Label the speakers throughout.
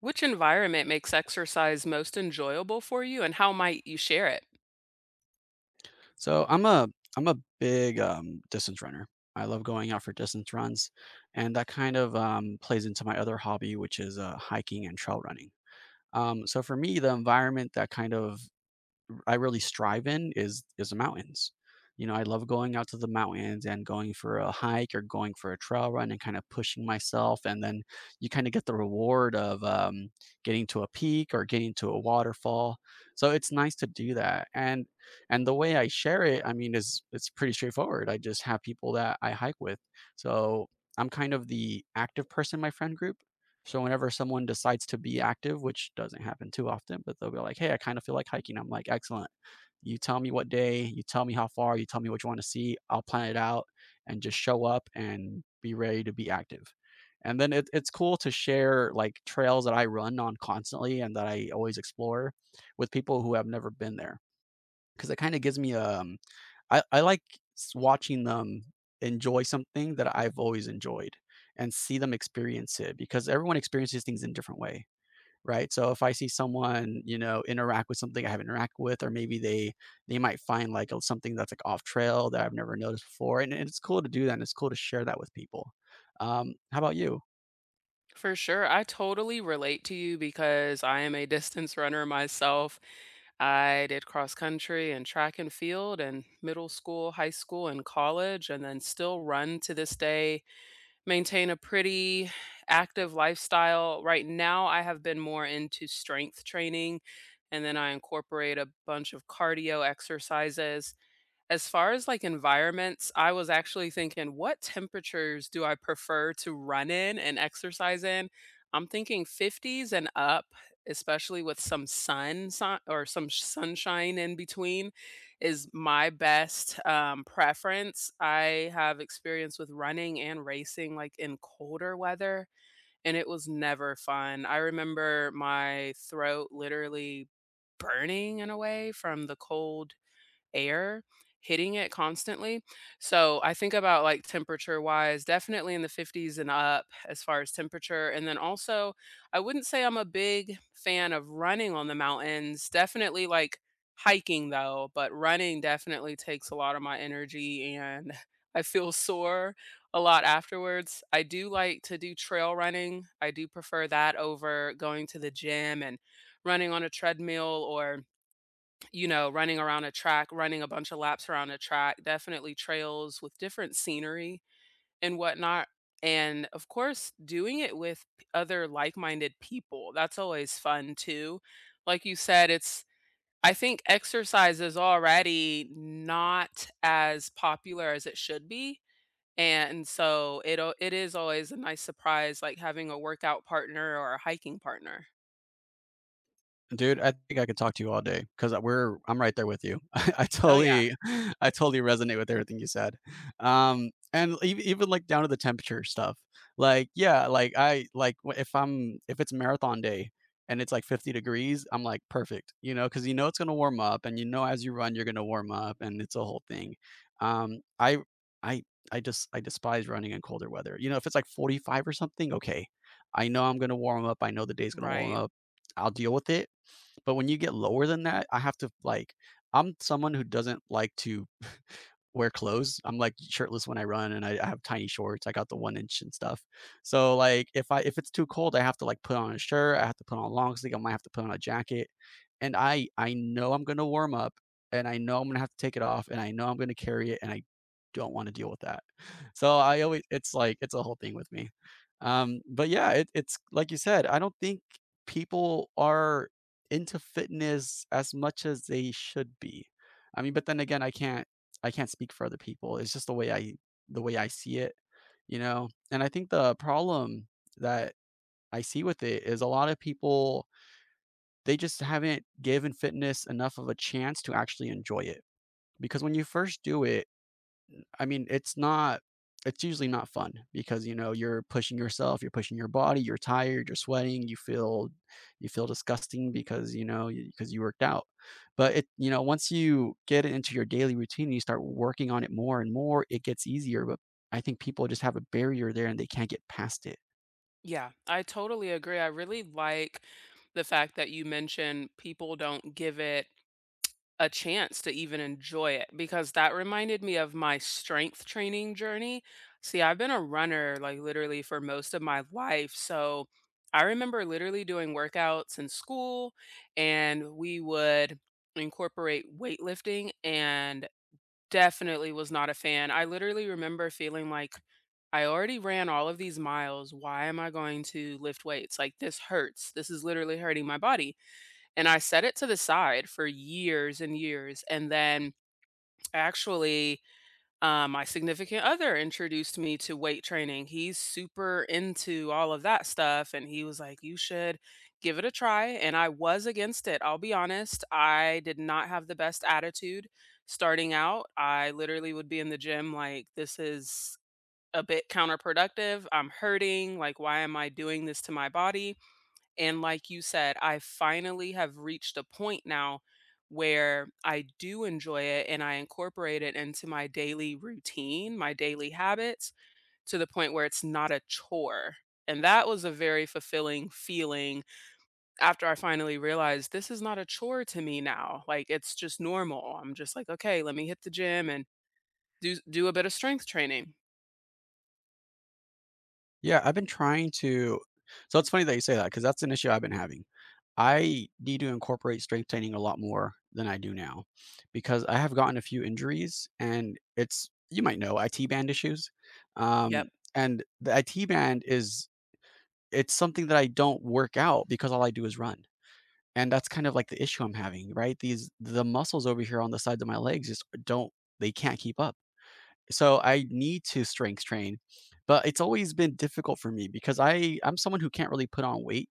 Speaker 1: Which environment makes exercise most enjoyable for you and how might you share it?
Speaker 2: So I'm a I'm a big distance runner. I love going out for distance runs, and that kind of plays into my other hobby, which is hiking and trail running. So for me, the environment that I really strive in is the mountains. You know, I love going out to the mountains and going for a hike or going for a trail run and kind of pushing myself. And then you kind of get the reward of getting to a peak or getting to a waterfall. So it's nice to do that. And the way I share it, I mean, is it's pretty straightforward. I just have people that I hike with. So I'm kind of the active person in my friend group so whenever someone decides to be active, which doesn't happen too often, but they'll be like, "Hey, I kind of feel like hiking." I'm like, "Excellent. You tell me what day, you tell me how far, you tell me what you want to see. I'll plan it out and just show up and be ready to be active." And then it's cool to share like trails that I run on constantly and that I always explore with people who have never been there because it kind of gives me a I like s watching them enjoy something that I've always enjoyed and see them experience it because everyone experiences things in a different way, right? So if I see someone, you know, interact with something I haven't interacted with, or maybe they might find like a something that's like off trail that I've never noticed before, and it's cool to do that, and it's cool to share that with people. How about you?
Speaker 1: For sure. I totally relate to you because I am a distance runner myself. I did cross country and track and field in middle school, high school, and college, and then still run to this day, maintain a pretty active lifestyle. Right now, I have been more into strength training, and then I incorporate a bunch of cardio exercises. As far as, like, environments, I was actually thinking, "What temperatures do I prefer to run in and exercise in?" I'm thinking 50s and up, especially with some sun si or some sh- sunshine in between is my best preference. I have experience with running and racing, like, in colder weather, and it was never fun. I remember my throat literally burning in a way from the cold air hitting it constantly. So I think about, like, temperature wise, definitely in the 50s and up as far as temperature. And then also, I wouldn't say I'm a big fan of running on the mountains. Definitely like hiking though, but running definitely takes a lot of my energy and I feel sore a lot afterwards. I do like to do trail running. I do prefer that over going to the gym and running on a treadmill or, you know, running around a track, running a bunch of laps around a track, definitely trails with different scenery and whatnot. And of course, doing it with other like minded people, that's always fun too. Like you said, I think exercise is already not as popular as it should be. And so it is always a nice surprise, like having a workout partner or a hiking partner.
Speaker 2: Dude, I think I could talk to you all day because we 'cause we're I'm right there with you. I
Speaker 1: Oh yeah,
Speaker 2: totally I totally resonate with everything you said. And even, like, down to the temperature stuff. Like, yeah, like, I like, w if I'm if it's marathon day and it's, like, 50 degrees, I'm like, "Perfect," you know, because you know it's gonna warm up, and you know as you run, you're gonna warm up, and it's a whole thing. Um, I I I just I despise running in colder weather. You know, if it's, like, 45 or something, okay. I know I'm gonna warm up, I know the day's gonna warm
Speaker 1: right.
Speaker 2: up. I'll deal with it. But when you get lower than that, I have to like I'm someone who doesn't like to wear clothes. I'm like shirtless when I run and I have tiny shorts. I got the one inch and stuff. So like if it's too cold, I have to like put on a shirt, I have to put on a long sleeve, I might have to put on a jacket. And I know I'm gonna warm up and I know I'm gonna have to take it off and I know I'm gonna carry it and I don't want to deal with that. So I always it's like it's a whole thing with me. But yeah, it's like you said, I don't think people are into fitness as much as they should be. I mean, but then again, I can't speak for other people. It's just the way I see it, you know? And I think the problem that I see with it is a lot of people, they just haven't given fitness enough of a chance to actually enjoy it. Because when you first do it, I mean, it's usually not fun because, you know, you're pushing yourself, you're pushing your body, you're tired, you're sweating, you feel disgusting because, you know, because you worked out. But it, you know, once you get it into your daily routine and you start working on it more and more, it gets easier. But I think people just have a barrier there and they can't get past it.
Speaker 1: Yeah, I totally agree. I really like the fact that you mentioned people don't give it a chance to even enjoy it because that reminded me of my strength training journey. See, I've been a runner like literally for most of my life. So I remember literally doing workouts in school and we would incorporate weightlifting and definitely was not a fan. I literally remember feeling like I already ran all of these miles. Why am I going to lift weights? Like, this hurts. This is literally hurting my body. And I set it to the side for years and years. And then actually, my significant other introduced me to weight training. He's super into all of that stuff. And he was like, you should give it a try. And I was against it. I'll be honest. I did not have the best attitude starting out. I literally would be in the gym like, this is a bit counterproductive. I'm hurting. Like, why am I doing this to my body? And like you said, I finally have reached a point now where I do enjoy it and I incorporate it into my daily routine, my daily habits to the point where it's not a chore. And that was a very fulfilling feeling after I finally realized this is not a chore to me now. Like, it's just normal. I'm just like, okay, let me hit the gym and do a bit of strength training.
Speaker 2: Yeah, I've been trying to so it's funny that you say that because that's an issue I've been having. I need to incorporate strength training a lot more than I do now because I have gotten a few injuries and it's you might know IT band issues.
Speaker 1: Yep.
Speaker 2: Um, and the IT band is it's something that I don't work out because all I do is run. And that's kind of like the issue I'm having, right? These the muscles over here on the sides of my legs just don't they can't keep up. So I need to strength train, but it's always been difficult for me because I'm someone who can't really put on weight.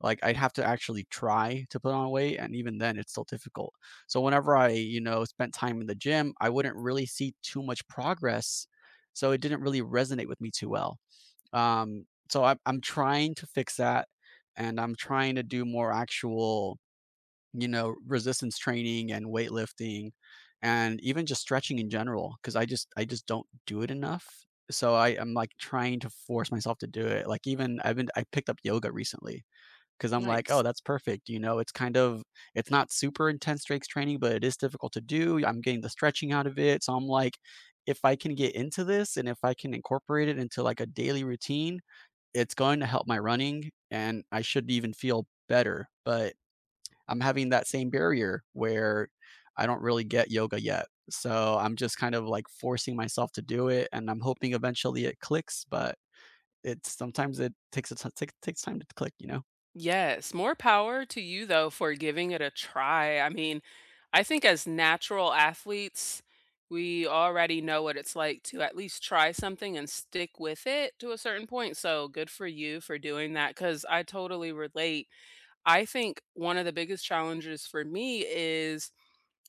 Speaker 2: Like I'd have to actually try to put on weight, and even then, it's still difficult. So whenever I, you know, spent time in the gym, I wouldn't really see too much progress. So it didn't really resonate with me too well. Um, so I'm trying to fix that, and I'm trying to do more actual you know, resistance training and weightlifting and even just stretching in general. Because I just don't do it enough. So I am, like, trying to force myself to do it. Like, even I picked up yoga recently. Because 'cause I'm like,
Speaker 1: Nice.
Speaker 2: "Oh, that's perfect," you know? It's kind of it's not super intense strength training, but it is difficult to do. I'm getting the stretching out of it. So I'm like, "If I can get into this and if I can incorporate it into, like, a daily routine, it's going to help my running, and I should even feel better." But I'm having that same barrier where I don't really get yoga yet. So I'm just kind of like forcing myself to do it, and I'm hoping eventually it clicks. But it's sometimes it takes a t- takes takes time to click, you know.
Speaker 1: Yes, more power to you though for giving it a try. I mean, I think as natural athletes, we already know what it's like to at least try something and stick with it to a certain point. So good for you for doing that because I totally relate. I think one of the biggest challenges for me is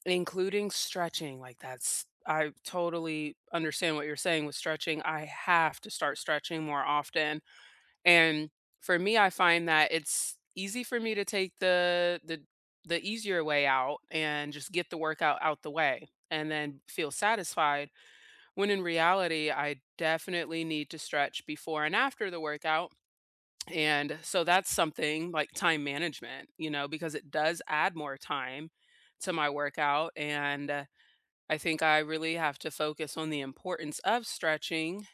Speaker 1: including stretching. Like, I totally understand what you're saying with stretching. I have to start stretching more often and for me, I find that it's easy for me to take the easier way out and just get the workout out the way and then feel satisfied when in reality I definitely need to stretch before and after the workout. And so that's something like time management, you know, because it does add more time to my workout and I think I really have to focus on the importance of stretching.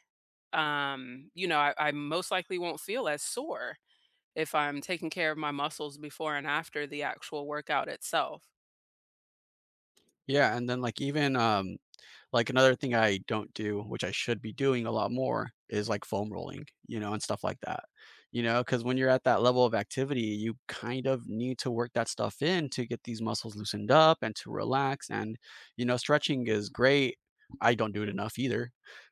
Speaker 1: I most likely won't feel as sore if I'm taking care of my muscles before and after the actual workout itself.
Speaker 2: Yeah, and then like even Like, another thing I don't do, which I should be doing a lot more, is, like, foam rolling, you know, and stuff like that, you know, because when you're at that level of activity, you kind of need to work that stuff in to get these muscles loosened up and to relax, and, you know, stretching is great. I don't do it enough either,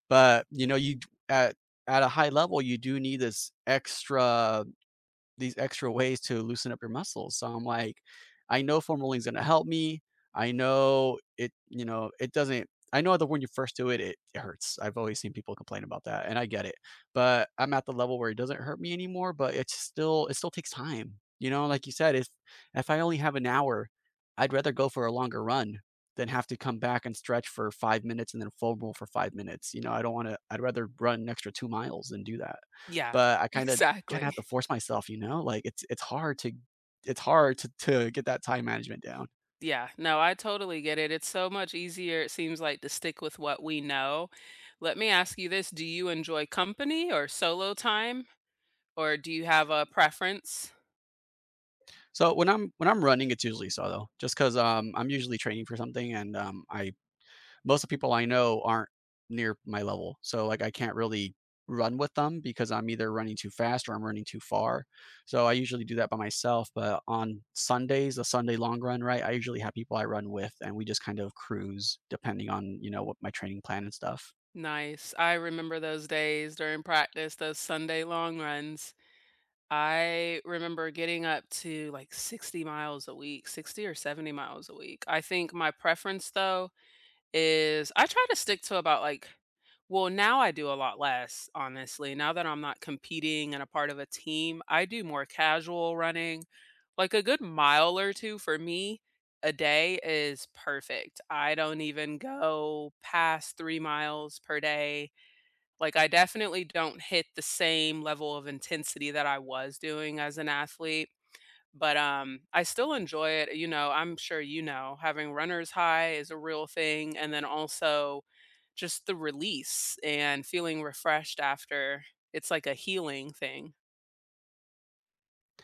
Speaker 2: but, you know, you d at a high level, you do need this extra these extra ways to loosen up your muscles. So I'm like, I know foam rolling is gonna help me. I know it, you know, it doesn't I know that when you first do it, it hurts. I've always seen people complain about that, and I get it. But I'm at the level where it doesn't hurt me anymore, but it's still takes time. You know, like you said, if I only have an hour, I'd rather go for a longer run than have to come back and stretch for 5 minutes and then foam roll for 5 minutes. You know, I don't want to. I'd rather run an extra 2 miles than do that.
Speaker 1: Yeah,
Speaker 2: But I kinda have to
Speaker 1: exactly.
Speaker 2: force myself, you know? Like, it's hard to get that time management down.
Speaker 1: Yeah, no, I totally get it. It's so much easier, it seems like, to stick with what we know. Let me ask you this, do you enjoy company or solo time, or do you have a preference?
Speaker 2: So when I'm running, it's usually solo, just 'cause, I'm usually training for something and, I most of the people I know aren't near my level, so, like, I can't really run with them because I'm either running too fast or I'm running too far. So I usually do that by myself, but on Sundays, a Sunday long run, right, I usually have people I run with, and we just kind of cruise depending on, you know, what my training plan and stuff.
Speaker 1: Nice. I remember those days during practice, those Sunday long runs. I remember getting up to like 60 miles a week, 60 or 70 miles a week. I think my preference though is I try to stick to about, like, well, now I do a lot less, honestly. Now that I'm not competing and a part of a team, I do more casual running. Like, a good mile or two for me a day is perfect. I don't even go past 3 miles per day. Like, I definitely don't hit the same level of intensity that I was doing as an athlete, but, I still enjoy it. You know, I'm sure you know, having runner's high is a real thing, and then also just the release and feeling refreshed after. It's like a healing thing.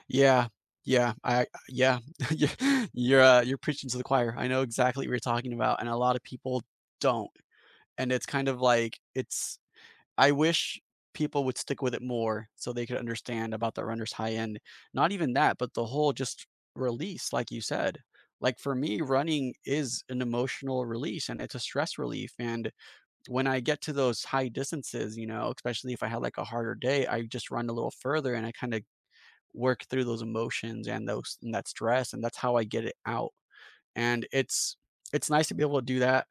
Speaker 2: Yeah. Yeah. I yeah. Y you're preaching to the choir. I know exactly what you're talking about, and a lot of people don't, and it's kind of like it's I wish people would stick with it more so they could understand about the runner's high end. Not even that, but the whole just release, like you said. Like, for me, running is an emotional release, and it's a stress relief, and when I get to those high distances, you know, especially if I had, like, a harder day, I just run a little further, and I kinda work through those emotions and those and that stress, and that's how I get it out. And it's nice to be able to do that.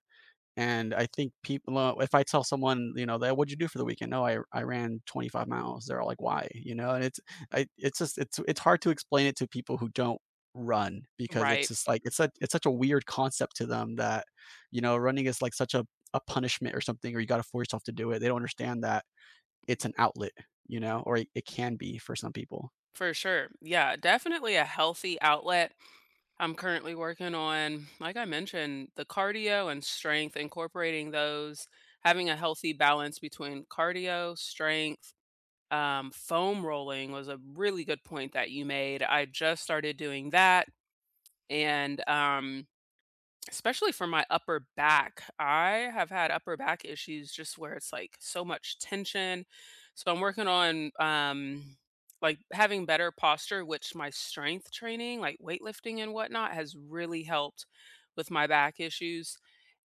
Speaker 2: And I think people, if I tell someone, you know, that what'd you do for the weekend? No, I ran 25 miles. They're all like, why? You know, and it's I it's just it's hard to explain it to people who don't run because it's
Speaker 1: Right.
Speaker 2: just it's such a weird concept to them that you know running is like such a punishment or something or you got to force yourself to do it. They don't understand that it's an outlet, you know, or it can be for some people.
Speaker 1: For sure. Yeah, definitely a healthy outlet. I'm currently working on, like I mentioned, the cardio and strength, incorporating those, having a healthy balance between cardio, strength, foam rolling was a really good point that you made. I just started doing that. And especially for my upper back. I have had upper back issues just where it's like so much tension. So I'm working on like having better posture, which my strength training, like weightlifting and whatnot, has really helped with my back issues.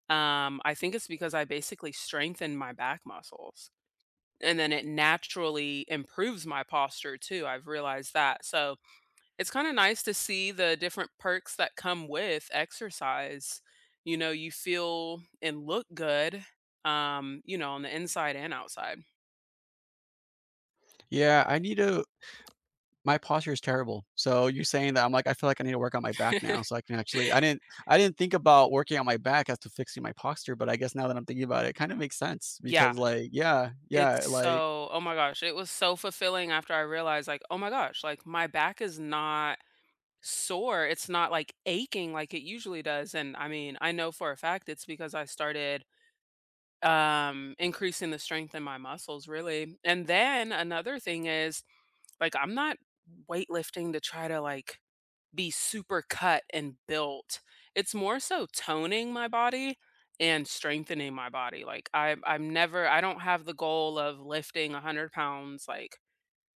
Speaker 1: I think it's because I basically strengthen my back muscles and then it naturally improves my posture too. I've realized that. So it's kinda nice to see the different perks that come with exercise. You know, you feel and look good, you know, on the inside and outside.
Speaker 2: Yeah, I need to my posture is terrible. So you saying that, I'm like, I feel like I need to work on my back now so I can actually I didn't think about working on my back as to fixing my posture, but I guess now that I'm thinking about it, it kind of makes sense
Speaker 1: Yeah,
Speaker 2: because, like,
Speaker 1: it's so, oh my gosh, it was so fulfilling after I realized, like, "Oh my gosh, like, my back is not sore, it's not, like, aching like it usually does," and, I mean, I know for a fact it's because I started, increasing the strength in my muscles, really, and then another thing is, like, I'm not weightlifting to try to, like, be super cut and built. It's more so toning my body and strengthening my body. Like, I don't have the goal of lifting 100 pounds, like,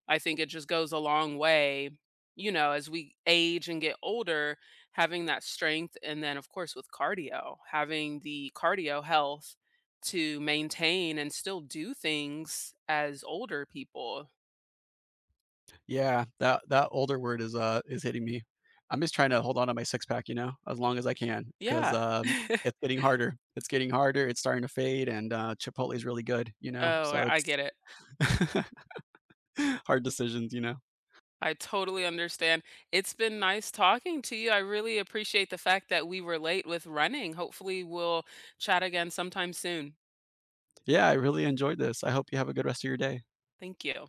Speaker 1: I think it just goes a long way, you know, as we age and get older, having that strength, and then, of course, with cardio, having the cardio health to maintain and still do things as older people.
Speaker 2: yeah, that that older word is hitting me. I'm just trying to hold on to my six pack, you know, as long as I can
Speaker 1: Yeah.
Speaker 2: it's getting harder. It's getting harder. It's starting to fade, and, Chipotle is really good, you know,
Speaker 1: Oh,
Speaker 2: so
Speaker 1: I
Speaker 2: it's
Speaker 1: get it.
Speaker 2: hard decisions, you know?
Speaker 1: I totally understand. It's been nice talking to you. I really appreciate the fact that we relate with running. Hopefully, we'll chat again sometime soon.
Speaker 2: Yeah, I really enjoyed this. I hope you have a good rest of your day.
Speaker 1: Thank you.